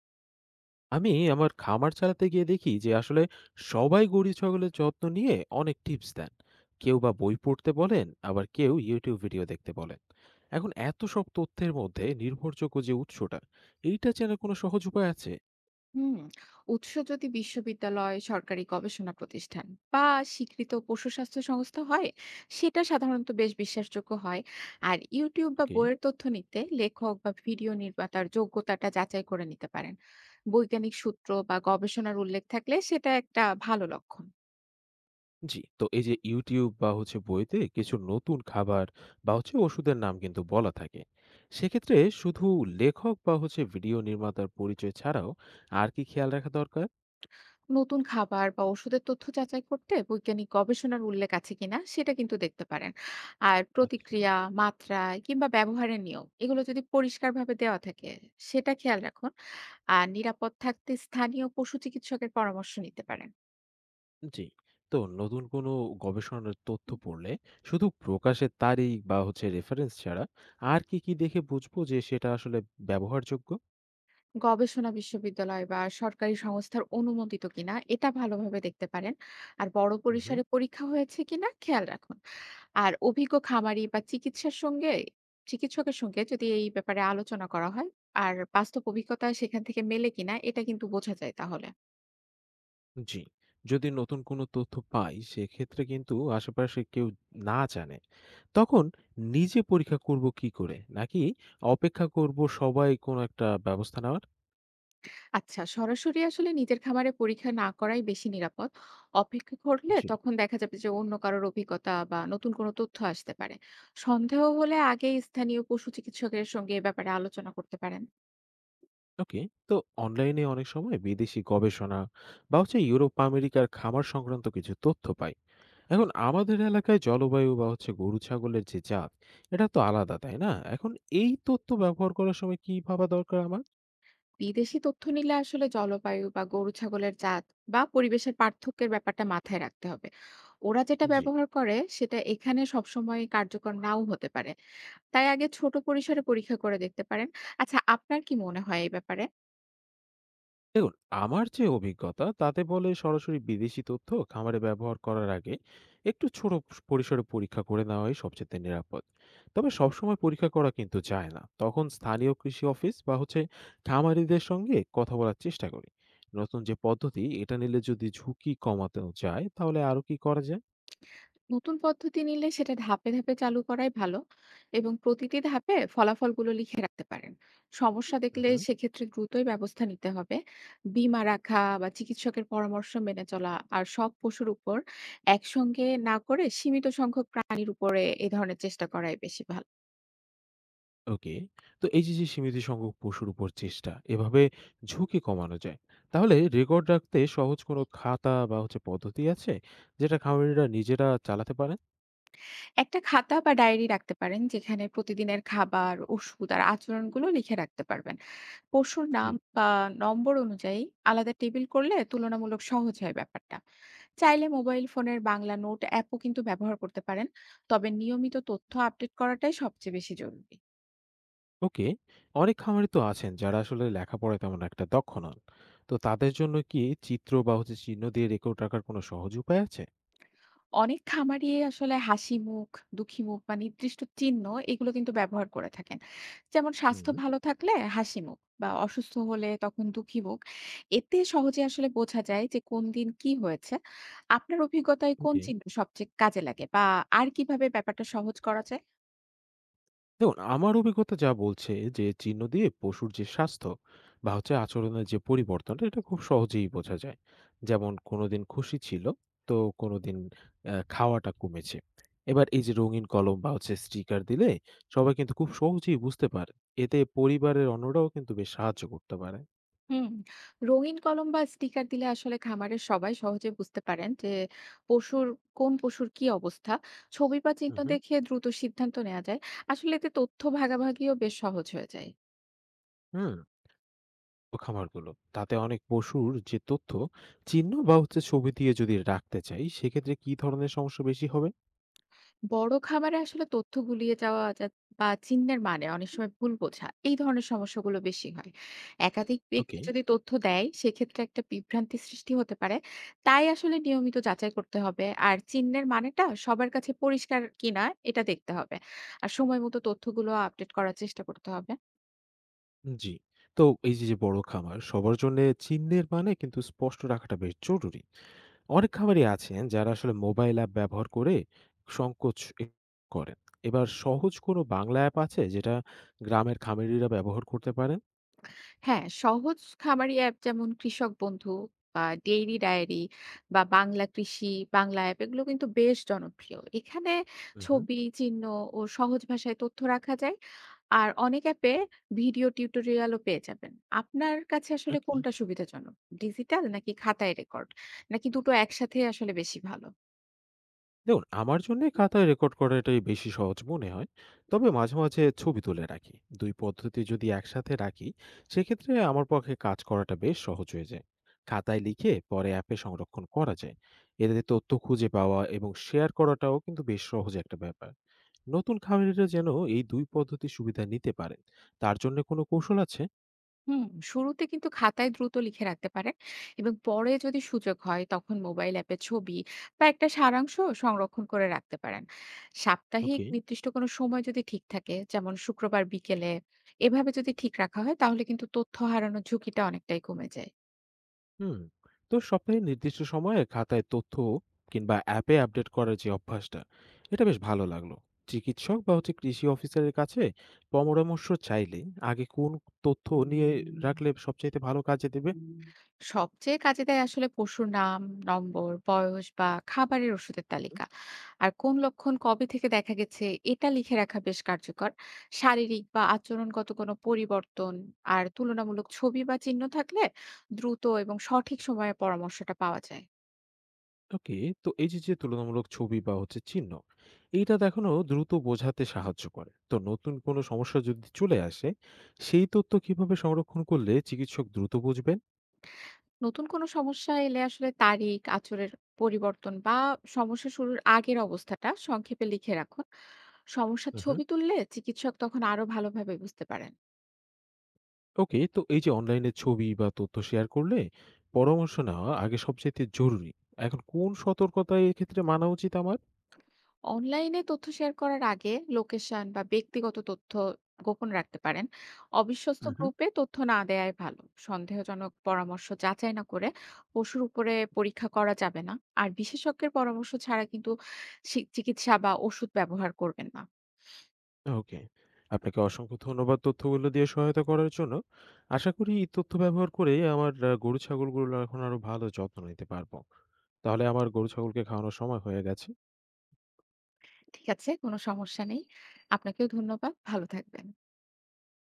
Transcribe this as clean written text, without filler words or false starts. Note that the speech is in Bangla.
আমি আমার খামার চালাতে গিয়ে দেখি যে আসলে সবাই গরু ছাগলের যত্ন নিয়ে অনেক টিপস দেন। কেউ বা বই পড়তে বলেন, আবার কেউ ইউটিউব ভিডিও দেখতে বলেন। এখন এত সব তথ্যের মধ্যে নির্ভরযোগ্য যে উৎসটা, এইটা চেনার কোনো সহজ উপায় আছে? হুম। উৎস যদি বিশ্ববিদ্যালয়, সরকারি গবেষণা প্রতিষ্ঠান বা স্বীকৃত পশু স্বাস্থ্য সংস্থা হয়, সেটা সাধারণত বেশ বিশ্বাসযোগ্য হয়। আর ইউটিউব বা ওকে। বইয়ের তথ্য নিতে লেখক বা ভিডিও নির্মাতার যোগ্যতাটা যাচাই করে নিতে পারেন। বৈজ্ঞানিক সূত্র বা গবেষণার উল্লেখ থাকলে সেটা একটা ভালো লক্ষণ। জি, তো এই যে ইউটিউব বা বইতে কিছু নতুন খাবার বা ওষুধের নাম কিন্তু বলা থাকে। সেক্ষেত্রে শুধু লেখক বা ভিডিও নির্মাতার পরিচয় ছাড়াও আর কি খেয়াল রাখা দরকার? নতুন খাবার বা ওষুধের তথ্য যাচাই করতে বৈজ্ঞানিক গবেষণার উল্লেখ আছে কিনা সেটা কিন্তু দেখতে পারেন। আর আচ্ছা। প্রতিক্রিয়া, মাত্রা কিংবা ব্যবহারের নিয়ম এগুলো যদি পরিষ্কারভাবে দেওয়া থাকে, সেটা খেয়াল রাখুন। আর নিরাপদ থাকতে স্থানীয় পশু চিকিৎসকের পরামর্শ নিতে পারেন। জি, তো নতুন কোনো গবেষণার তথ্য পড়লে শুধু প্রকাশের তারিখ বা রেফারেন্স ছাড়া আর কি, কি দেখে বুঝবো যে সেটা আসলে ব্যবহারযোগ্য? গবেষণা বিশ্ববিদ্যালয় বা সরকারি সংস্থার অনুমোদিত কিনা এটা ভালোভাবে দেখতে পারেন। আর বড় হুম। পরিসরে পরীক্ষা হয়েছে কিনা খেয়াল রাখুন। আর অভিজ্ঞ খামারি বা চিকিৎসার সঙ্গে চিকিৎসকের সঙ্গে যদি এই ব্যাপারে আলোচনা করা হয়, আর বাস্তব অভিজ্ঞতা সেখান থেকে মেলে কিনা এটা কিন্তু বোঝা যায় তাহলে। জি। যদি নতুন কোনো তথ্য পাই, সেক্ষেত্রে কিন্তু আশেপাশে কেউ না জানে, তখন নিজে পরীক্ষা করব কি করে? নাকি অপেক্ষা করব সবাই কোনো একটা ব্যবস্থা নেওয়ার? আচ্ছা, সরাসরি আসলে নিজের খামারে পরীক্ষা না করাই বেশি নিরাপদ। অপেক্ষা করলে জি। তখন দেখা যাবে যে অন্য কারোর অভিজ্ঞতা বা নতুন কোনো তথ্য আসতে পারে। সন্দেহ হলে আগে স্থানীয় পশু চিকিৎসকের সঙ্গে এ ব্যাপারে আলোচনা করতে পারেন। ওকে। তো অনলাইনে অনেক সময় বিদেশি গবেষণা বা ইউরোপ আমেরিকার খামার সংক্রান্ত কিছু তথ্য পাই। এখন আমাদের এলাকায় জলবায়ু বা গরু ছাগলের যে জাত, এটা তো আলাদা তাই না? এখন এই তথ্য ব্যবহার করার সময় কি ভাবা দরকার আমার? বিদেশি তথ্য নিলে আসলে জলবায়ু বা গরু ছাগলের জাত বা পরিবেশের পার্থক্যের ব্যাপারটা মাথায় রাখতে হবে। ওরা যেটা জি। ব্যবহার করে সেটা এখানে সবসময় কার্যকর নাও হতে পারে। তাই আগে ছোট পরিসরে পরীক্ষা করে দেখতে পারেন। আচ্ছা, আপনার কি মনে হয় এই ব্যাপারে? দেখুন, আমার যে অভিজ্ঞতা তাতে বলে সরাসরি বিদেশি তথ্য খামারে ব্যবহার করার আগে একটু ছোট পরিসরে পরীক্ষা করে নেওয়াই সবচেয়ে নিরাপদ। তবে সবসময় পরীক্ষা করা কিন্তু যায় না, তখন স্থানীয় কৃষি অফিস বা খামারিদের সঙ্গে কথা বলার চেষ্টা করি। নতুন যে পদ্ধতি, এটা নিলে যদি ঝুঁকি কমাতে যায়, তাহলে আরো কি করা যায়? নতুন পদ্ধতি নিলে সেটা ধাপে ধাপে চালু করাই ভালো, এবং প্রতিটি ধাপে ফলাফলগুলো লিখে রাখতে পারেন। সমস্যা দেখলে হুম। সেক্ষেত্রে দ্রুতই ব্যবস্থা নিতে হবে। বীমা রাখা বা চিকিৎসকের পরামর্শ মেনে চলা, আর সব পশুর উপর একসঙ্গে না করে সীমিত সংখ্যক প্রাণীর উপরে এই ধরনের চেষ্টা করাই বেশি ভালো। ওকে। তো এই যে, যে সীমিত সংখ্যক পশুর উপর চেষ্টা, এভাবে ঝুঁকি কমানো যায়। তাহলে রেকর্ড রাখতে সহজ কোনো খাতা বা পদ্ধতি আছে, যেটা খামারিরা নিজেরা চালাতে পারেন? একটা খাতা বা ডায়েরি রাখতে পারেন, যেখানে প্রতিদিনের খাবার, ওষুধ আর আচরণগুলো লিখে রাখতে পারবেন। পশুর জি। নাম বা নম্বর অনুযায়ী আলাদা টেবিল করলে তুলনামূলক সহজ হয় ব্যাপারটা। চাইলে মোবাইল ফোনের বাংলা নোট অ্যাপও কিন্তু ব্যবহার করতে পারেন। তবে নিয়মিত তথ্য আপডেট করাটাই সবচেয়ে বেশি জরুরি। ওকে। অনেক খামারি তো আছেন যারা আসলে লেখাপড়ায় তেমন একটা দক্ষ নন। তো তাদের জন্য কি চিত্র বা চিহ্ন দিয়ে রেকর্ড রাখার কোনো সহজ উপায় আছে? অনেক খামারই আসলে হাসি মুখ, দুঃখী মুখ বা নির্দিষ্ট চিহ্ন এগুলো কিন্তু ব্যবহার করে থাকেন। যেমন স্বাস্থ্য হুম। ভালো থাকলে হাসি মুখ, বা অসুস্থ হলে তখন দুঃখী মুখ। এতে সহজে আসলে বোঝা যায় যে কোন দিন কি হয়েছে। আপনার অভিজ্ঞতায় কোন ওকে। চিহ্ন সবচেয়ে কাজে লাগে, বা আর কিভাবে ব্যাপারটা সহজ করা যায়? দেখুন, আমার অভিজ্ঞতা যা বলছে, যে চিহ্ন দিয়ে পশুর যে স্বাস্থ্য বা আচরণের যে পরিবর্তনটা, এটা খুব সহজেই বোঝা যায়। যেমন কোনোদিন খুশি ছিল, তো কোনোদিন খাওয়াটা কমেছে। এবার এই যে রঙিন কলম বা স্টিকার দিলে সবাই কিন্তু খুব সহজেই বুঝতে পারে। এতে পরিবারের অন্যরাও কিন্তু বেশ সাহায্য করতে পারে। হুম, রঙিন কলম বা স্টিকার দিলে আসলে খামারের সবাই সহজে বুঝতে পারেন যে পশুর কোন পশুর কি অবস্থা। ছবি বা হুম, চিহ্ন হুম, দেখে দ্রুত সিদ্ধান্ত নেওয়া যায়। আসলে এতে তথ্য ভাগাভাগিও বেশ সহজ হয়ে যায়। হুম, তো খামারগুলো, তাতে অনেক পশুর যে তথ্য চিহ্ন বা ছবি দিয়ে যদি রাখতে চাই, সেক্ষেত্রে কি ধরনের সমস্যা বেশি হবে? বড় খামারে আসলে তথ্য গুলিয়ে যাওয়া বা চিহ্নের মানে অনেক সময় ভুল বোঝা, এই ধরনের সমস্যাগুলো বেশি হয়। একাধিক ব্যক্তি ওকে। যদি তথ্য দেয় সেক্ষেত্রে একটা বিভ্রান্তি সৃষ্টি হতে পারে। তাই আসলে নিয়মিত যাচাই করতে হবে, আর চিহ্নের মানেটা সবার কাছে পরিষ্কার কিনা এটা দেখতে হবে। আর সময় মতো তথ্যগুলো আপডেট করার চেষ্টা করতে হবে। জি। তো এই যে, যে বড় খামার সবার জন্য চিহ্নের মানে কিন্তু স্পষ্ট রাখাটা বেশ জরুরি। অনেক খামারই আছেন যারা আসলে মোবাইল অ্যাপ ব্যবহার করে সংকোচ এ করেন। এবার সহজ কোনো বাংলা অ্যাপ আছে যেটা গ্রামের খামারিরা ব্যবহার করতে পারেন? হ্যাঁ, সহজ খামারি অ্যাপ যেমন কৃষক বন্ধু বা ডেইরি ডায়েরি বা বাংলা কৃষি, বাংলা অ্যাপ এগুলো কিন্তু বেশ জনপ্রিয়। এখানে হুম, হুম। ছবি, চিহ্ন ও সহজ ভাষায় তথ্য রাখা যায়। আর অনেক অ্যাপে ভিডিও টিউটোরিয়ালও পেয়ে যাবেন। আপনার কাছে আসলে ওকে। কোনটা সুবিধাজনক? ডিজিটাল নাকি খাতায় রেকর্ড? নাকি দুটো একসাথে আসলে বেশি ভালো? দেখুন, আমার জন্যে খাতায় রেকর্ড করাটাই বেশি সহজ মনে হয়। তবে মাঝে, মাঝে ছবি তুলে রাখি। ২ পদ্ধতি যদি একসাথে রাখি, সেক্ষেত্রে আমার পক্ষে কাজ করাটা বেশ সহজ হয়ে যায়। খাতায় লিখে পরে অ্যাপে সংরক্ষণ করা যায়। এতে তথ্য খুঁজে পাওয়া এবং শেয়ার করাটাও কিন্তু বেশ সহজ একটা ব্যাপার। নতুন খামারিরা যেন এই ২ পদ্ধতির সুবিধা নিতে পারেন, তার জন্য কোনো কৌশল আছে? হুম, শুরুতে কিন্তু খাতায় দ্রুত লিখে রাখতে পারেন, এবং পরে যদি সুযোগ হয় তখন মোবাইল অ্যাপে ছবি বা একটা সারাংশ সংরক্ষণ করে রাখতে পারেন। সাপ্তাহিক ওকে। নির্দিষ্ট কোনো সময় যদি ঠিক থাকে, যেমন শুক্রবার বিকেলে, এভাবে যদি ঠিক রাখা হয় তাহলে কিন্তু তথ্য হারানোর ঝুঁকিটা অনেকটাই কমে যায়। হুম। তো সপ্তাহে নির্দিষ্ট সময়ে খাতায় তথ্য কিংবা অ্যাপে আপডেট করার যে অভ্যাসটা, এটা বেশ ভালো লাগলো। চিকিৎসক বা কৃষি অফিসারের কাছে পরামর্শ চাইলে আগে কোন তথ্য নিয়ে রাখলে সবচাইতে ভালো কাজে দেবে? সবচেয়ে কাজে দেয় আসলে পশুর নাম, নম্বর, বয়স বা খাবারের ওষুধের তালিকা। আর কোন লক্ষণ কবে থেকে দেখা গেছে এটা লিখে রাখা বেশ কার্যকর। শারীরিক বা আচরণগত কোনো পরিবর্তন আর তুলনামূলক ছবি বা চিহ্ন থাকলে দ্রুত এবং সঠিক সময়ে পরামর্শটা পাওয়া যায়। ওকে। তো এই যে যে তুলনামূলক ছবি বা চিহ্ন, এইটা দেখানো দ্রুত বোঝাতে সাহায্য করে। তো নতুন কোনো সমস্যা যদি চলে আসে, সেই তথ্য কিভাবে সংরক্ষণ করলে চিকিৎসক দ্রুত বুঝবেন? নতুন কোনো সমস্যা এলে আসলে তারিখ, আচরের পরিবর্তন বা সমস্যা শুরুর আগের অবস্থাটা সংক্ষেপে লিখে রাখুন। সমস্যার ছবি তুললে চিকিৎসক তখন আরো ভালোভাবে বুঝতে পারেন। ওকে। তো এই যে অনলাইনে ছবি বা তথ্য শেয়ার করলে পরামর্শ নেওয়া আগে সবচেয়ে জরুরি। এখন কোন সতর্কতা এক্ষেত্রে মানা উচিত আমার? অনলাইনে তথ্য শেয়ার করার আগে লোকেশন বা ব্যক্তিগত তথ্য গোপন রাখতে পারেন। অবিশ্বস্ত উম হুম। গ্রুপে তথ্য না দেয়াই ভালো। সন্দেহজনক পরামর্শ যাচাই না করে পশুর উপরে পরীক্ষা করা যাবে না। আর বিশেষজ্ঞের পরামর্শ ছাড়া কিন্তু চিকিৎসা বা ওষুধ ব্যবহার করবেন না। ওকে। আপনাকে অসংখ্য ধন্যবাদ তথ্যগুলো দিয়ে সহায়তা করার জন্য। আশা করি এই তথ্য ব্যবহার করে আমার গরু ছাগলগুলো এখন আরো ভালো যত্ন নিতে পারবো। তাহলে আমার গরু ছাগলকে খাওয়ানোর সময় হয়ে গেছে। ঠিক আছে, কোনো সমস্যা নেই। আপনাকেও ধন্যবাদ, ভালো থাকবেন।